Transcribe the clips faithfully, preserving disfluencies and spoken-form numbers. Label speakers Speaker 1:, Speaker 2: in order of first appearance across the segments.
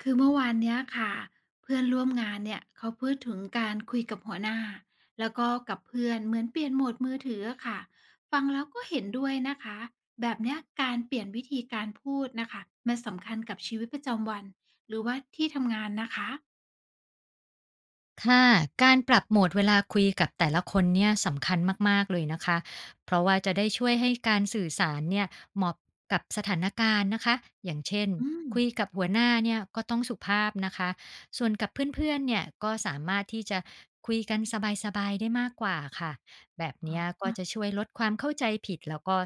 Speaker 1: คือเมื่อวานเนี้ยค่ะเพื่อนร่วมงานเนี่ยเขาพูดถึงการคุยกับหัวหน้าแล้วก็กับเพื่อนเหมือนเปลี่ยนโหมดมือถืออะค่ะฟังแล้วก็เห็นด้วยนะคะแบบเนี้ยการเปลี่ยนวิธีการพูดนะคะมันสำคัญกับชีวิตประจำวันหรือว่าที่ทำงานนะคะ
Speaker 2: ค่ะการปรับโหมดเวลาคุยกับแต่ละคนเนี่ยสำคัญมากๆเลยนะคะเพราะว่าจะได้ช่วยให้การสื่อสารเนี่ยเหมาะกับสถานการณ์นะคะอย่างเช่น
Speaker 1: อืม
Speaker 2: คุยกับหัวหน้าเนี่ยก็ต้องสุภาพนะคะส่วนกับเพื่อนๆเนี่ยก็สามารถที่จะคุยกันสบายๆได้มากกว่าค่ะแบบ
Speaker 1: อ
Speaker 2: เนี้ยก็
Speaker 1: ๋อ
Speaker 2: จะช่วยลดความเข้าใจผิดแล้วก็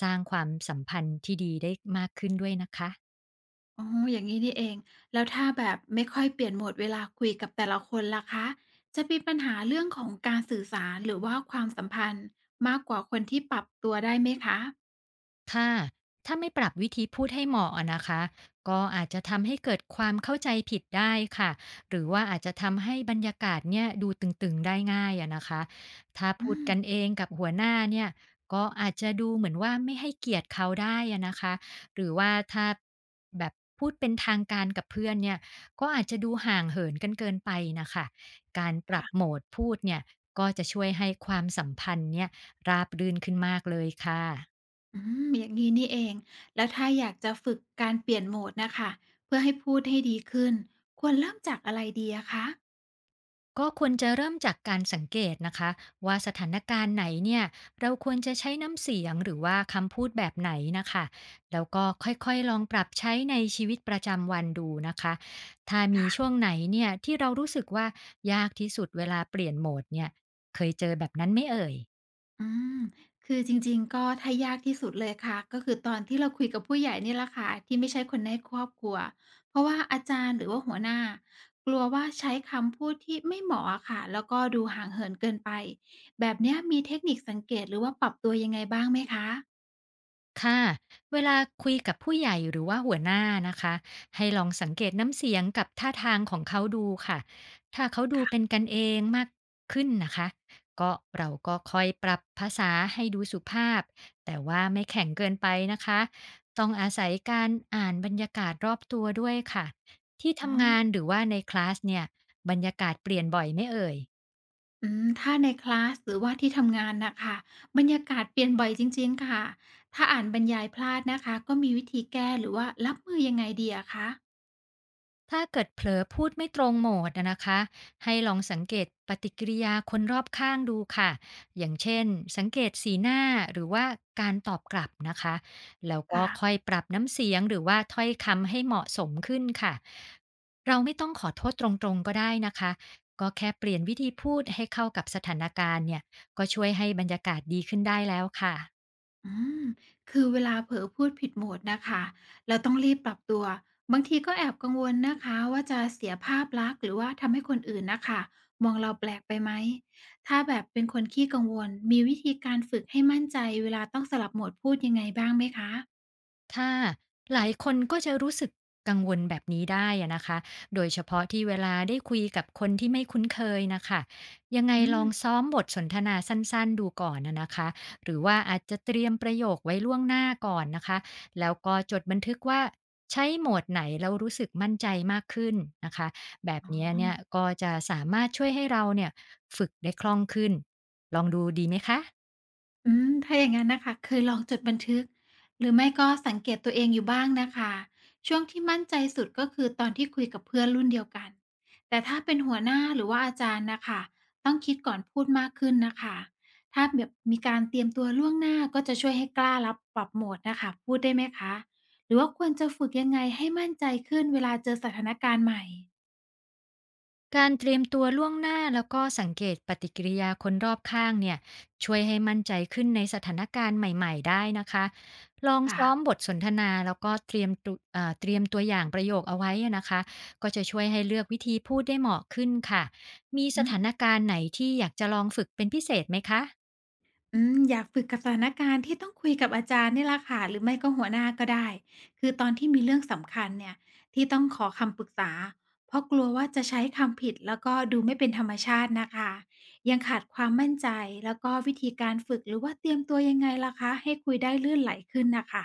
Speaker 2: สร้างความสัมพันธ์ที่ดีได้มากขึ้นด้วยนะคะ
Speaker 1: อ๋ออย่างนี้นี่เองแล้วถ้าแบบไม่ค่อยเปลี่ยนโหมดเวลาคุยกับแต่ละคนล่ะคะจะมีปัญหาเรื่องของการสื่อสารหรือว่าความสัมพันธ์มากกว่าคนที่ปรับตัวได้ไหมคะ
Speaker 2: ค่ะถ้าไม่ปรับวิธีพูดให้เหมาะอะนะคะก็อาจจะทำให้เกิดความเข้าใจผิดได้ค่ะหรือว่าอาจจะทำให้บรรยากาศเนี่ยดูตึงๆได้ง่ายอะนะคะถ้า
Speaker 1: อื
Speaker 2: พูด
Speaker 1: ม
Speaker 2: กันเองกับหัวหน้าเนี่ยก็อาจจะดูเหมือนว่าไม่ให้เกียรติเขาได้อะนะคะหรือว่าถ้าแบบพูดเป็นทางการกับเพื่อนเนี่ยก็อาจจะดูห่างเหินกันเกินไปนะคะการปรับโหม
Speaker 1: ค่ะ
Speaker 2: ดพูดเนี่ยก็จะช่วยให้ความสัมพันธ์เนี่ยราบรื่นขึ้นมากเลยค่ะ
Speaker 1: อืมอย่างนี้นี่เอง แล้วถ้าอยากจะฝึกการเปลี่ยนโหมดน่ะค่ะเพื่อให้พูดให้ดีขึ้นควรเริ่มจากอะไรดีอะคะ
Speaker 2: ก็ควรจะเริ่มจากการสังเกตนะคะว่าสถานการณ์ไหนเนี่ยเราควรจะใช้น้ำเสียงหรือว่าคำพูดแบบไหนนะคะแล้วก็ค่อยๆลองปรับใช้ในชีวิตประจำวันดูนะคะถ้ามีช่วง
Speaker 1: ค่ะ
Speaker 2: ไหนเนี่ยที่เรารู้สึกว่ายากที่สุดเวลาเปลี่ยนโหมดเนี่ยเคยเจอแบบนั้นไหม่เอ่ย
Speaker 1: อืมคือจริงๆก็ถ้ายากที่สุดเลยค่ะก็คือตอนที่เราคุยกับผู้ใหญ่เนี่ยแหละค่ะที่ไม่ใช่คนในครอบครัวเพราะว่าอาจารย์หรือว่าหัวหน้ากลัวว่าใช้คำพูดที่ไม่เหมาะอะค่ะแล้วก็ดูห่างเหินเกินไปแบบเนี้ยมีเทคนิคสังเกตหรือว่าปรับตัวยังไงบ้างไหมคะ
Speaker 2: ค่ะเวลาคุยกับผู้ใหญ่หรือว่าหัวหน้านะคะให้ลองสังเกตน้ำเสียงกับท่าทางของเขาดูค่ะถ้าเขาดูเป็น
Speaker 1: ค่ะ
Speaker 2: กันเองมากขึ้นนะคะก็เราก็คอยปรับภาษาให้ดูสุภาพแต่ว่าไม่แข็งเกินไปนะคะต้องอาศัยการอ่านบรรยากาศรอบตัวด้วยค่ะที่
Speaker 1: อ๋
Speaker 2: ทำงาน
Speaker 1: อ
Speaker 2: หรือว่าในคลาสเนี่ยบรรยากาศเปลี่ยนบ่อยไหม่เอ่ย
Speaker 1: อืมถ้าในคลาสหรือว่าที่ทำงานน่ะค่ะบรรยากาศเปลี่ยนบ่อยจริงๆค่ะถ้าอ่านบรรยายพลาดนะคะก็มีวิธีแก้หรือว่ารับมือยังไงดีอะคะ
Speaker 2: ถ้าเกิดเผลอพูดไม่ตรงโหมดนะนะคะให้ลองสังเกตปฏิกิริยาคนรอบข้างดูค่ะอย่างเช่นสังเกตสีหน้าหรือว่าการตอบกลับนะคะแล้วก็ค่อย
Speaker 1: ค่ะ
Speaker 2: ปรับน้ำเสียงหรือว่าถ้อยคำให้เหมาะสมขึ้นค่ะเราไม่ต้องขอโทษตรงๆก็ได้นะคะก็แค่เปลี่ยนวิธีพูดให้เข้ากับสถานการณ์เนี่ยก็ช่วยให้บรรยากาศดีขึ้นได้แล้วค่ะ
Speaker 1: อืมคือเวลาเผลอพูดผิดโหมดน่ะค่ะเราต้องรีบปรับตัวบางทีก็แอบกังวลนะคะว่าจะเสียภาพลักษณ์หรือว่าทำให้คนอื่นน่ะค่ะมองเราแปลกไปไหมถ้าแบบเป็นคนขี้กังวลมีวิธีการฝึกให้มั่นใจเวลาต้องสลับโหมดพูดยังไงบ้างไหมคะ
Speaker 2: ค่ะหลายคนก็จะรู้สึกกังวลแบบนี้ได้อะนะคะโดยเฉพาะที่เวลาได้คุยกับคนที่ไม่คุ้นเคยนะคะยังไง
Speaker 1: อื
Speaker 2: ล
Speaker 1: ม
Speaker 2: องซ้อมบทสนทนาสั้นๆดูก่อนนะนะคะหรือว่าอาจจะเตรียมประโยคไว้ล่วงหน้าก่อนนะคะแล้วก็จดบันทึกว่าใช้โหมดไหนแล้วรู้สึกมั่นใจมากขึ้นนะคะแบบเนี้ยเนี่ยก็จะสามารถช่วยให้เราเนี่ยฝึกได้คล่องขึ้น ลองดูดีไหมคะ
Speaker 1: อืมถ้าอย่างงั้นนะคะเคยลองจดบันทึกหรือไม่ก็สังเกตตัวเองอยู่บ้างนะคะช่วงที่มั่นใจสุดก็คือตอนที่คุยกับเพื่อนรุ่นเดียวกันแต่ถ้าเป็นหัวหน้าหรือว่าอาจารย์นะคะต้องคิดก่อนพูดมากขึ้นนะคะถ้าแบบมีการเตรียมตัวล่วงหน้าก็จะช่วยให้กล้ารับปรับโหมดนะคะพูดได้ไหมคะหรือว่าควรจะฝึกยังไงให้มั่นใจขึ้นเวลาเจอสถานการณ์ใหม่
Speaker 2: การเตรียมตัวล่วงหน้าแล้วก็สังเกตปฏิกิริยาคนรอบข้างเนี่ยช่วยให้มั่นใจขึ้นในสถานการณ์ใหม่ๆได้นะคะลอง
Speaker 1: ค่ะ
Speaker 2: ซ้อมบทสนทนาแล้วก็เตรียมตุเอ่อเตรียมตัวอย่างประโยคเอาไว้อะนะคะก็จะช่วยให้เลือกวิธีพูดได้เหมาะขึ้นค่ะมีสถานการณ์ไหนที่อยากจะลองฝึกเป็นพิเศษไหมคะ
Speaker 1: อืมอยากฝึกกับสถานการณ์ที่ต้องคุยกับอาจารย์นี่ล่ละค่ะหรือไม่ก็หัวหน้าก็ได้คือตอนที่มีเรื่องสำคัญเนี่ยที่ต้องขอคำปรึกษาเพราะกลัวว่าจะใช้คำผิดแล้วก็ดูไม่เป็นธรรมชาตินะคะยังขาดความมั่นใจแล้วก็วิธีการฝึกหรือว่าเตรียมตัวยังไงล่ะคะให้คุยได้ลื่นไหลขึ้นนะคะ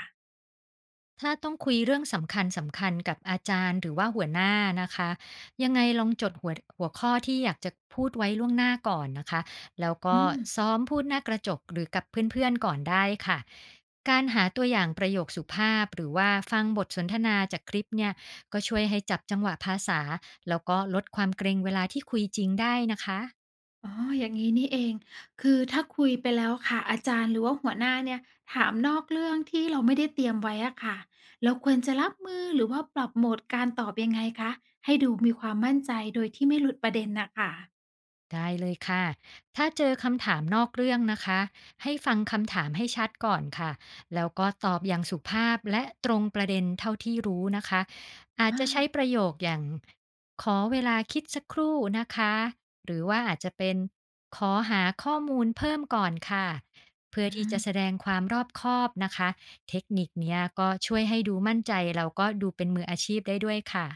Speaker 2: ถ้าต้องคุยเรื่องสำคัญสำคัญกับอาจารย์หรือว่าหัวหน้านะคะยังไงลองจดหัวหัวข้อที่อยากจะพูดไว้ล่วงหน้าก่อนนะคะแล้ว
Speaker 1: อื
Speaker 2: ก็
Speaker 1: ม
Speaker 2: ซ้อมพูดหน้ากระจกหรือกับเพื่อนๆก่อนได้ค่ะการหาตัวอย่างประโยคสุภาพหรือว่าฟังบทสนทนาจากคลิปเนี่ยก็ช่วยให้จับจังหวะภาษาแล้วก็ลดความเกรงเวลาที่คุยจริงได้นะคะ
Speaker 1: อ๋ออย่างนี้นี่เอง คือถ้าคุยไปแล้วค่ะอาจารย์หรือว่าหัวหน้าเนี่ยถามนอกเรื่องที่เราไม่ได้เตรียมไว้อะค่ะเราควรจะรับมือหรือว่าปรับโหมดการตอบยังไงคะ ให้ดูมีความมั่นใจโดยที่ไม่หลุดประเด็นน่ะค่ะ
Speaker 2: ได้เลยค่ะถ้าเจอคำถามนอกเรื่องนะคะให้ฟังคำถามให้ชัดก่อนค่ะแล้วก็ตอบอย่างสุภาพและตรงประเด็นเท่าที่รู้นะคะอาจ
Speaker 1: อา
Speaker 2: จะใช้ประโยคอย่างขอเวลาคิดสักครู่นะคะหรือว่าอาจจะเป็นขอหาข้อมูลเพิ่มก่อนค่ะเพื่อ
Speaker 1: อื
Speaker 2: ที่จะแส
Speaker 1: ม
Speaker 2: ดงความรอบคอบนะคะเทคนิคเนี้ยก็ช่วยให้ดูมั่นใจแล้วก็ดูเป็นมืออาชีพได้ด้วยค่ะ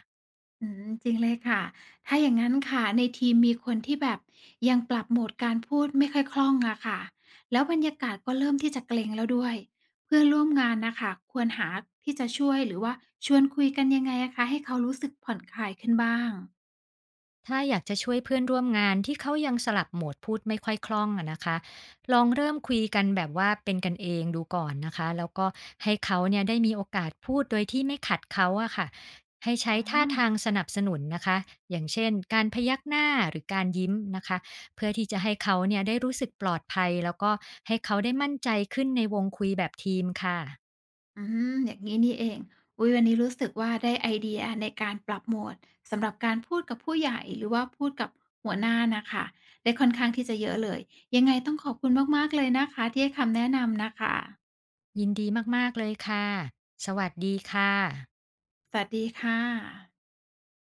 Speaker 1: อืมจริงเลยค่ะถ้าอย่างนั้นค่ะในทีมมีคนที่แบบยังปรับโหมดการพูดไม่ค่อยคล่องอะค่ะ แล้วบรรยากาศก็เริ่มที่จะเกรงแล้วด้วยเพื่อนร่วมงานนะค่ะควรหาที่จะช่วยหรือว่าชวนคุยกันยังไงอะคะให้เขารู้สึกผ่อนคลายขึ้นบ้าง
Speaker 2: ถ้าอยากจะช่วยเพื่อนร่วมงานที่เขายังสลับโหมดพูดไม่ค่อยคล่องอะนะคะลองเริ่มคุยกันแบบว่าเป็นกันเองดูก่อนนะคะแล้วก็ให้เขาเนี่ยได้มีโอกาสพูดโดยที่ไม่ขัดเขาอะค่ะให้ใช้
Speaker 1: อ๋
Speaker 2: ท่า
Speaker 1: อ
Speaker 2: ทางสนับสนุนนะคะอย่างเช่นการพยักหน้าหรือการยิ้มนะคะเพื่อที่จะให้เขาเนี่ยได้รู้สึกปลอดภัยแล้วก็ให้เขาได้มั่นใจขึ้นในวงคุยแบบทีมค่ะ
Speaker 1: อืมอย่างนี้นี่เองอุ๊ยวันนี้รู้สึกว่าได้ไอเดียในการปรับโหมดสำหรับการพูดกับผู้ใหญ่หรือว่าพูดกับหัวหน้านะค่ะได้ค่อนข้างที่จะเยอะเลยยังไงต้องขอบคุณมากๆเลยนะคะที่ให้คำแนะนำนะคะ
Speaker 2: ยินดีมากๆเลยค่ะสวัสดีค่ะ
Speaker 1: สวัสดีค่ะ